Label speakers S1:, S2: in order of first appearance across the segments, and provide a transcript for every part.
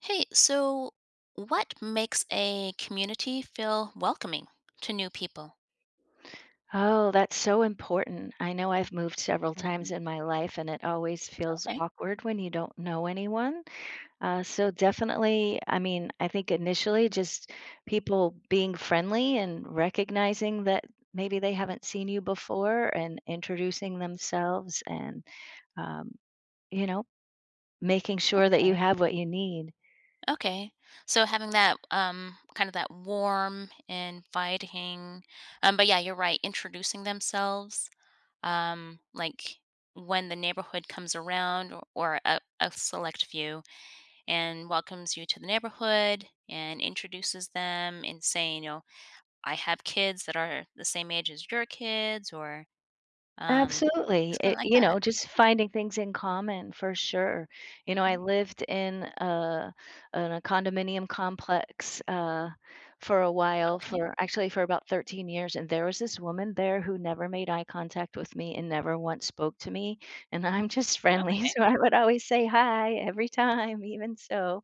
S1: Hey, so what makes a community feel welcoming to new people?
S2: Oh, that's so important. I know I've moved several times
S1: Mhm.
S2: in my life, and it always feels
S1: Okay.
S2: awkward when you don't know anyone. So definitely, I mean, I think initially just people being friendly and recognizing that maybe they haven't seen you before and introducing themselves and, um, you know, making sure that you
S1: Okay.
S2: have what you need.
S1: Okay. So having that kind of that warm, inviting, but yeah, you're right, introducing themselves, like when the neighborhood comes around or a select few and welcomes you to the neighborhood and introduces them and saying, you know, I have kids that are the same age as your kids or Um,
S2: Absolutely.
S1: it's kinda
S2: It
S1: like
S2: you know,
S1: that.
S2: just finding things in common for sure. You know, I
S1: Mhm.
S2: lived in a condominium complex for a while,
S1: Okay,
S2: for actually for about 13 years, and there was this woman there who never made eye contact with me and never once spoke to me, and I'm just friendly,
S1: okay.
S2: so I would always say hi every time, even so.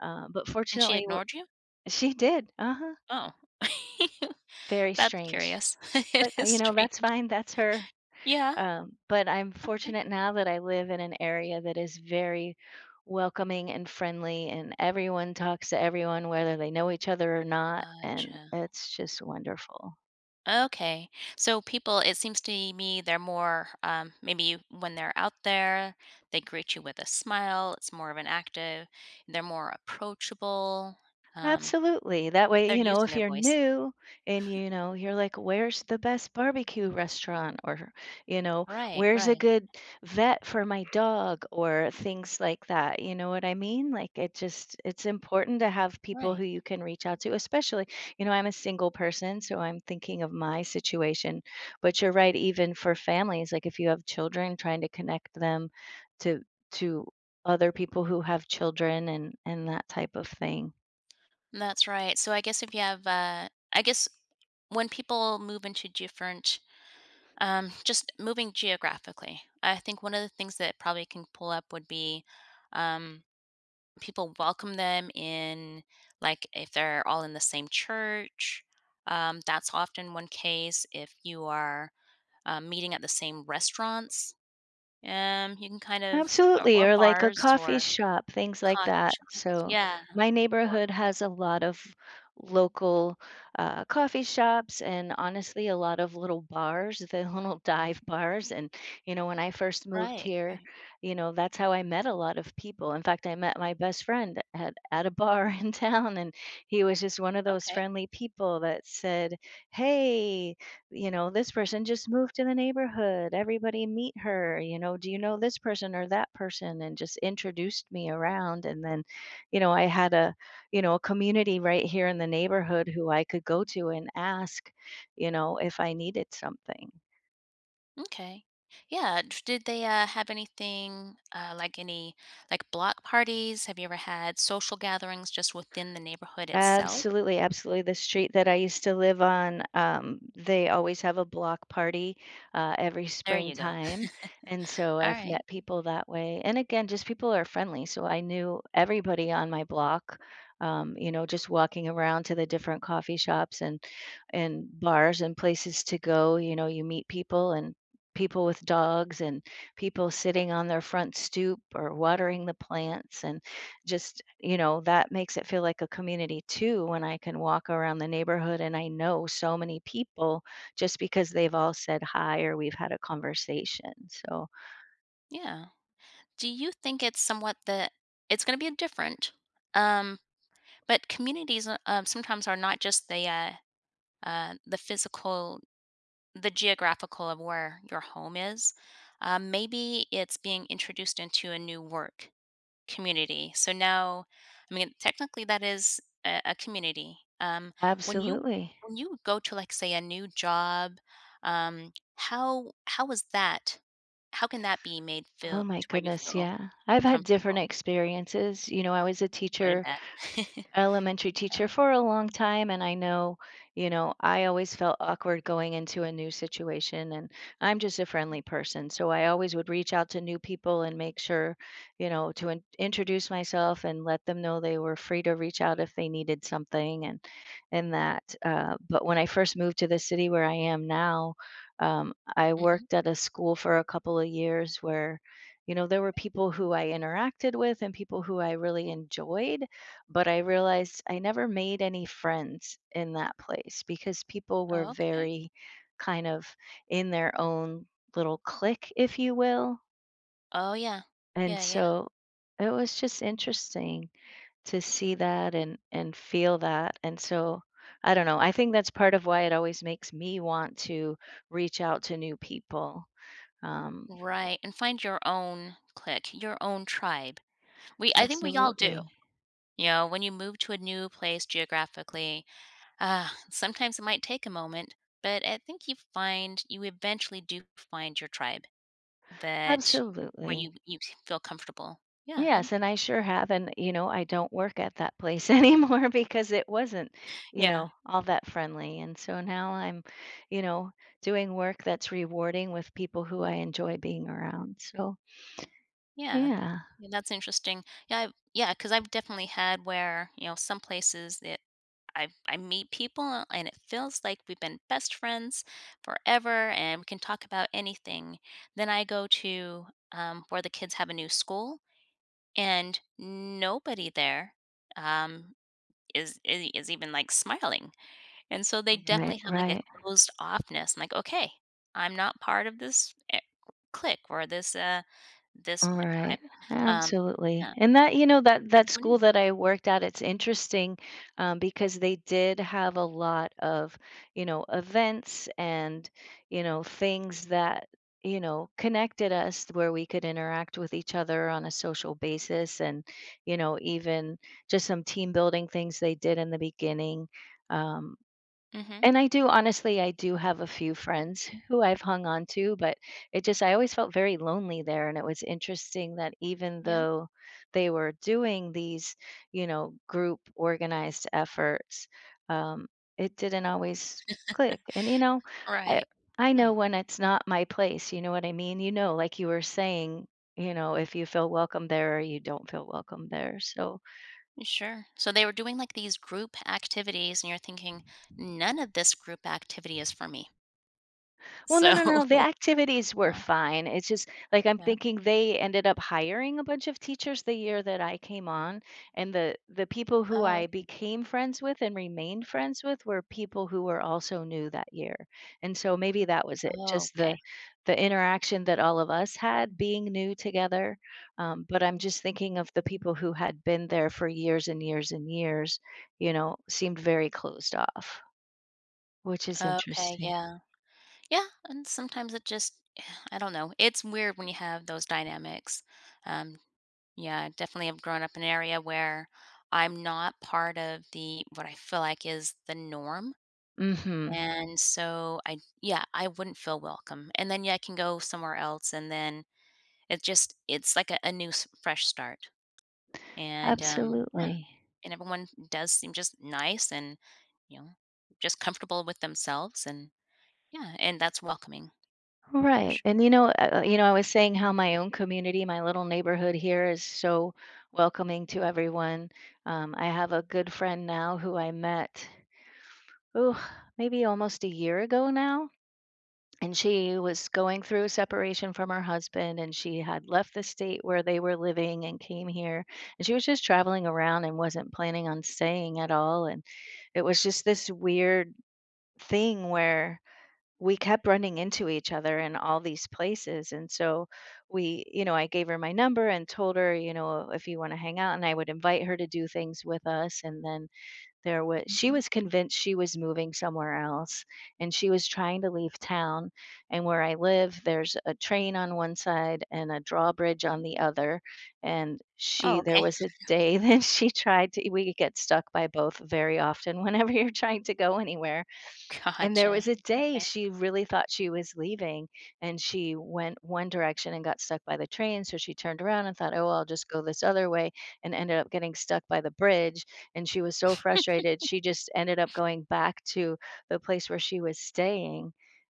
S2: But
S1: And she
S2: fortunately,
S1: ignored you?
S2: she did. Uh-huh.
S1: Oh.
S2: Very
S1: That's
S2: strange.
S1: curious. It
S2: But
S1: is
S2: you know, that's
S1: strange.
S2: fine. That's her.
S1: Yeah,
S2: But I'm
S1: okay.
S2: fortunate now that I live in an area that is very welcoming and friendly, and everyone talks to everyone, whether they know each other or not, and
S1: Gotcha.
S2: it's just wonderful.
S1: Okay. So people, it seems to me they're more, maybe when they're out there, they greet you with a smile, it's more of an active, they're more approachable, um,
S2: Absolutely. That way,
S1: they're
S2: you know,
S1: using
S2: if
S1: their
S2: you're
S1: voice.
S2: new and you know, you're like, where's the best barbecue restaurant? Or, you know,
S1: Right,
S2: where's a
S1: right,
S2: good vet for my dog? Or things like that. You know what I mean? Like it just, it's important to have people
S1: right.
S2: who you can reach out to, especially, you know, I'm a single person, so I'm thinking of my situation. But you're right, even for families, like if you have children, trying to connect them to, to other people who have children and that type of thing.
S1: That's right. So I guess if you have, I guess when people move into different, just moving geographically. I think one of the things that probably can pull up would be, um, people welcome them in, like if they're all in the same church. That's often one case. If you are, meeting at the same restaurants, you can kind of,
S2: Absolutely,
S1: or
S2: or like a
S1: bars
S2: coffee
S1: or
S2: shop, things like
S1: coffee
S2: that.
S1: shops.
S2: So
S1: Yeah.
S2: my
S1: Or,
S2: neighborhood has a lot of local coffee shops and honestly a lot of little bars, the little dive bars. And, you know, when I first moved
S1: right.
S2: here,
S1: Right.
S2: you know, that's how I met a lot of people. In fact, I met my best friend at a bar in town, and he was just one of those
S1: Okay.
S2: friendly people that said, hey, you know, this person just moved to the neighborhood. Everybody meet her. You know, do you know this person or that person? And just introduced me around. And then, you know, I had a, you know, a community right here in the neighborhood who I could go to and ask, you know, if I needed something.
S1: Okay. Yeah. Did they have anything like any like block parties? Have you ever had social gatherings just within the neighborhood itself?
S2: Absolutely, absolutely. The street that I used to live on, they always have a block party every
S1: There you go.
S2: springtime. And so
S1: All
S2: I've
S1: right.
S2: met people that way. And again, just people are friendly. So I knew everybody on my block, you know, just walking around to the different coffee shops and bars and places to go. You know, you meet people and people with dogs and people sitting on their front stoop or watering the plants. And just you know that makes it feel like a community too when I can walk around the neighborhood and I know so many people just because they've all said hi or we've had a conversation. So
S1: Yeah. Do you think it's somewhat that it's going to be different? Um, but communities sometimes are not just the physical, the geographical of where your home is. Maybe it's being introduced into a new work community. So now, I mean, technically that is a community. When you
S2: absolutely.
S1: when you go to like say a new job, how is that? How can that be made
S2: Oh
S1: feel
S2: my
S1: to where you
S2: goodness,
S1: feel
S2: yeah, I've had different
S1: comfortable,
S2: experiences. You know, I was a
S1: good and
S2: teacher,
S1: bad?
S2: elementary teacher, for a long time and I know, you know, I always felt awkward going into a new situation and I'm just a friendly person. So I always would reach out to new people and make sure, you know, to introduce myself and let them know they were free to reach out if they needed something and that. But when I first moved to the city where I am now, I
S1: Hmm.
S2: worked at a school for a couple of years where you know there were people who I interacted with and people who I really enjoyed, but I realized I never made any friends in that place because people were
S1: Oh, okay.
S2: very kind of in their own little clique, if you will.
S1: Oh yeah.
S2: And
S1: Yeah, yeah.
S2: so it was just interesting to see that and feel that. And so I don't know. I think that's part of why it always makes me want to reach out to new people. Um,
S1: Right. And find your own clique, your own tribe. We I think we all
S2: absolutely.
S1: do. You know, when you move to a new place geographically, ah, sometimes it might take a moment, but I think you find you eventually do find your tribe that where
S2: Absolutely.
S1: you feel comfortable. Yeah,
S2: Yes, and I sure have, and, you know, I don't work at that place anymore because it wasn't, you
S1: yeah,
S2: know, all that friendly, and so now I'm, you know, doing work that's rewarding with people who I enjoy being around, so
S1: yeah.
S2: yeah.
S1: Yeah, that's interesting. Yeah, I've, yeah, because I've definitely had where, you know, some places that I meet people and it feels like we've been best friends forever and we can talk about anything. Then I go to, where the kids have a new school and nobody there. Um, is even, like, smiling, and so they
S2: Right,
S1: definitely have, like, a
S2: right.
S1: closed offness. I'm like, "Okay, I'm not part of this, eh, clique or this, this,
S2: All
S1: like,
S2: right.
S1: tribe." Um,
S2: Absolutely.
S1: yeah,
S2: And that, you know, that
S1: that's
S2: that
S1: so
S2: school
S1: new.
S2: that I worked at, it's interesting because they did have a lot of, you know, events and, you know, things that, you know, connected us where we could interact with each other on a social basis and, you know, even just some team building things they did in the beginning. Um,
S1: Mhm,
S2: and I do honestly, I do have a few friends who I've hung on to, but it just I always felt very lonely there, and it was interesting that even
S1: yeah,
S2: though they were doing these, you know, group organized efforts, um, it didn't always click. And you know, I
S1: right.
S2: I know
S1: Yeah,
S2: when it's not my place, you know what I mean? You know, like you were saying, you know, if you feel welcome there or you don't feel welcome there. So
S1: sure. So they were doing, like, these group activities, and you're thinking, "None of this group activity is for me."
S2: well, no,
S1: So
S2: no, no. The activities were
S1: Oh,
S2: fine. It's just like I'm
S1: yeah.
S2: thinking they ended up hiring a bunch of teachers the year that I came on, and the people who I became friends with and remained friends with were people who were also new that year. And so maybe that was it.
S1: Oh,
S2: Just
S1: okay.
S2: the interaction that all of us had being new together. But I'm just thinking of the people who had been there for years and years and years, you know, seemed very closed off, which is
S1: Okay,
S2: interesting.
S1: yeah. Yeah, and sometimes it just I don't know. It's weird when you have those dynamics. Um, yeah, I definitely I've grown up in an area where I'm not part of the what I feel like is the norm.
S2: Hmm.
S1: And so I yeah, I wouldn't feel welcome. And then yeah, I can go somewhere else and then it just it's like a fresh start. And yeah,
S2: Absolutely.
S1: and everyone does seem just nice and, you know, just comfortable with themselves and yeah, and that's welcoming for
S2: Right.
S1: sure.
S2: And you know, I was saying how my own community, my little neighborhood here is so welcoming to everyone. I have a good friend now who I met, oh, maybe almost a year ago now. And she was going through separation from her husband, and she had left the state where they were living and came here. And she was just traveling around and wasn't planning on staying at all. And it was just this weird thing where we kept running into each other in all these places, and so we, you know, I gave her my number and told her, you know, if you want to hang out, and I would invite her to do things with us. And then there was, she
S1: Mhm.
S2: was convinced she was moving somewhere else, and she was trying to leave town. And where I live, there's a train on one side and a drawbridge on the other, and
S1: Oh,
S2: she, there
S1: okay.
S2: was a day that she tried to, we get stuck by both very often whenever you're trying to go anywhere. And there
S1: Gotcha.
S2: was a day
S1: Okay.
S2: she really thought she was leaving, and she went one direction and got stuck by the train, so she turned around and thought, "Oh, I'll just go this other way," and ended up getting stuck by the bridge, and she was so frustrated, she just ended up going back to the place where she was staying.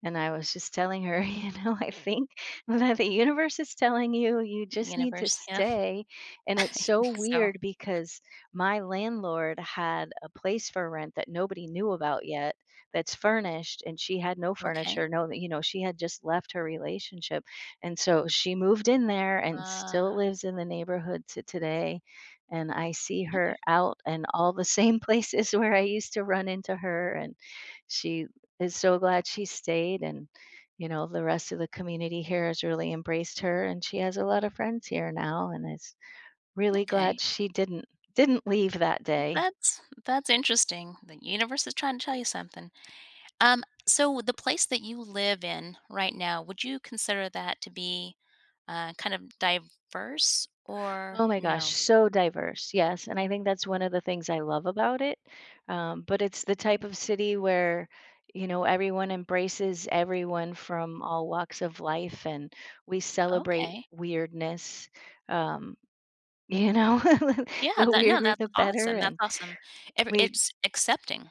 S2: And I was just telling her, "You know, I think that the universe is telling you, you
S1: The
S2: just need to
S1: universe, yeah,
S2: stay," and it's
S1: I
S2: so
S1: think so.
S2: weird because my landlord had a place for rent that nobody knew about yet, that's furnished, and she had no
S1: Okay.
S2: furniture. No, you know, she had just left her relationship. And so she moved in there and still
S1: Ah,
S2: lives in the neighborhood to today. And I see
S1: okay,
S2: her out in all the same places where I used to run into her. And she is so glad she stayed. And, you know, the rest of the community here has really embraced her. And she has a lot of friends here now and is really glad
S1: okay.
S2: she didn't leave that day.
S1: That's interesting. The universe is trying to tell you something. So the place that you live in right now, would you consider that to be, kind of diverse or
S2: Oh my gosh,
S1: no?
S2: so diverse, yes, and I think that's one of the things I love about it, but it's the type of city where, you know, everyone embraces everyone from all walks of life, and we celebrate
S1: Okay.
S2: weirdness, um, you know?
S1: Yeah,
S2: The
S1: that no,
S2: weirder,
S1: that's
S2: the better,
S1: awesome, that's
S2: and
S1: awesome. Every
S2: we
S1: it's accepting,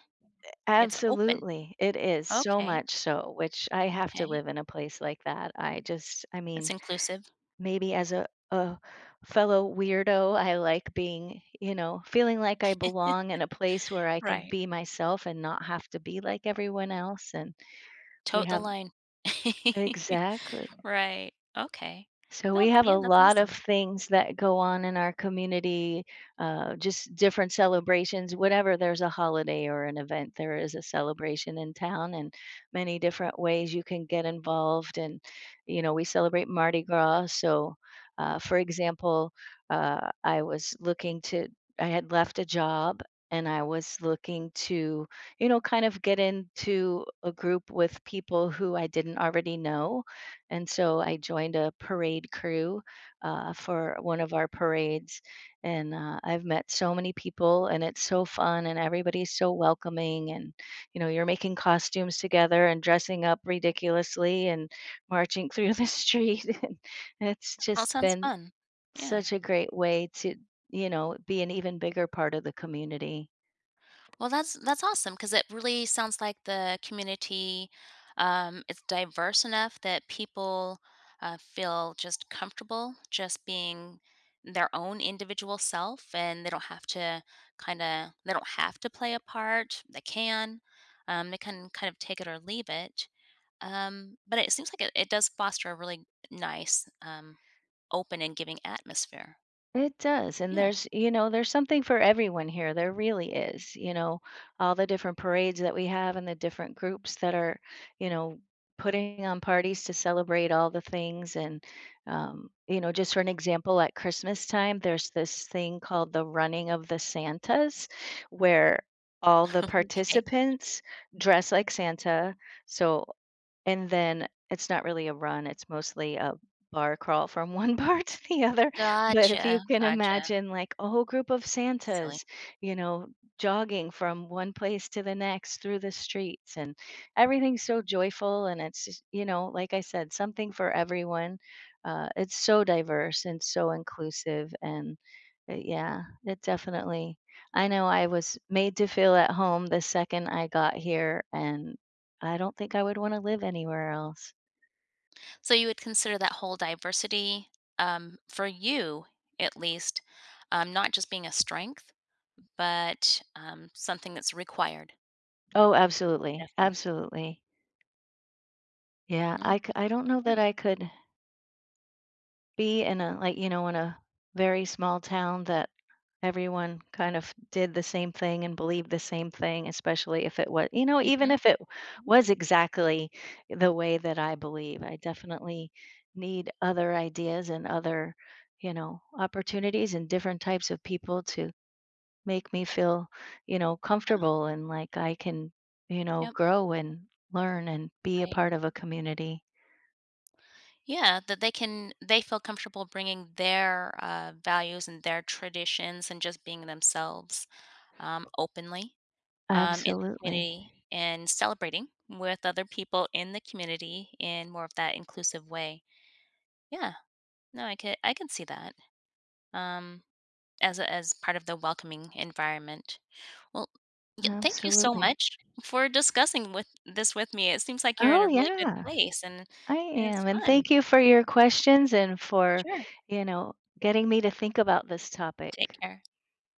S1: it's open.
S2: absolutely, it is so
S1: Okay,
S2: much so, which I have to
S1: okay.
S2: live in a place like that. I just I
S1: It's
S2: mean
S1: inclusive.
S2: maybe as a fellow weirdo, I like being, you know, feeling like I belong in a place where I can
S1: Right.
S2: be myself and not have to be like everyone else. And we
S1: Tote the
S2: have
S1: line.
S2: exactly.
S1: Right. Okay.
S2: So we
S1: That's
S2: have
S1: yeah,
S2: a
S1: that's
S2: lot of
S1: awesome.
S2: things that go on in our community, just different celebrations. Whenever there's a holiday or an event, there is a celebration in town, and many different ways you can get involved. And you know, we celebrate Mardi Gras. So, for example, I was looking to, I had left a job. And I was looking to, you know, kind of get into a group with people who I didn't already know, and so I joined a parade crew for one of our parades. And I've met so many people, and it's so fun, and everybody's so welcoming. And, you know, you're making costumes together and dressing up ridiculously and marching through the street. And it's
S1: All
S2: just
S1: sounds
S2: been
S1: fun. Yeah.
S2: such a great way to, you know, be an even bigger part of the community.
S1: Well, that's awesome because it really sounds like the community, is diverse enough that people, feel just comfortable just being their own individual self, and they don't have to play a part. They can. They can kind of take it or leave it. But it seems like it does foster a really nice, open and giving atmosphere.
S2: It does, and
S1: Yeah.
S2: there's, you know, there's something for everyone here. There really is, you know, all the different parades that we have and the different groups that are, you know, putting on parties to celebrate all the things. And, you know, just for an example, at Christmas time, there's this thing called the Running of the Santas, where all the
S1: Okay.
S2: participants dress like Santa. So and then it's not really a run, it's mostly a bar crawl from one bar to the other. But if you
S1: Gotcha,
S2: can
S1: gotcha.
S2: imagine, like, a whole group of
S1: Silly.
S2: Santas, you know, jogging from one place to the next through the streets, and everything's so joyful, and it's just, you know, like I said, something for everyone. It's so diverse and so inclusive, and yeah, it definitely, I know I was made to feel at home the second I got here, and I don't think I would wanna live anywhere else.
S1: So you would consider that whole diversity, for you at least, not just being a strength, but, something that's required.
S2: Oh, absolutely,
S1: Definitely.
S2: absolutely. Yeah,
S1: Okay.
S2: I don't know that I could be in a, like, you know, in a very small town that everyone kind of did the same thing and believed the same thing, especially if it was, you know, even
S1: Mhm.
S2: if it was exactly the way that I believe, I definitely need other ideas and other, you know, opportunities and different types of people to make me feel, you know,
S1: Yeah.
S2: comfortable and like I can, you know,
S1: Yep.
S2: grow and learn and be a
S1: Right.
S2: part of a community.
S1: Yeah, that they can they feel comfortable bringing their, values and their traditions and just being themselves, openly, in the
S2: Absolutely.
S1: community and celebrating with other people in the community in more of that inclusive way. Yeah, no, I could I can see that, um, as a, as part of the welcoming environment. Well, y thank you so
S2: Absolutely.
S1: much for discussing with this with me. It seems like you're in
S2: Oh,
S1: a really good
S2: yeah,
S1: place, and
S2: I
S1: it's
S2: am. And
S1: fun.
S2: thank you for your questions and for,
S1: Sure,
S2: you know, getting me to think about this
S1: take
S2: topic.
S1: care.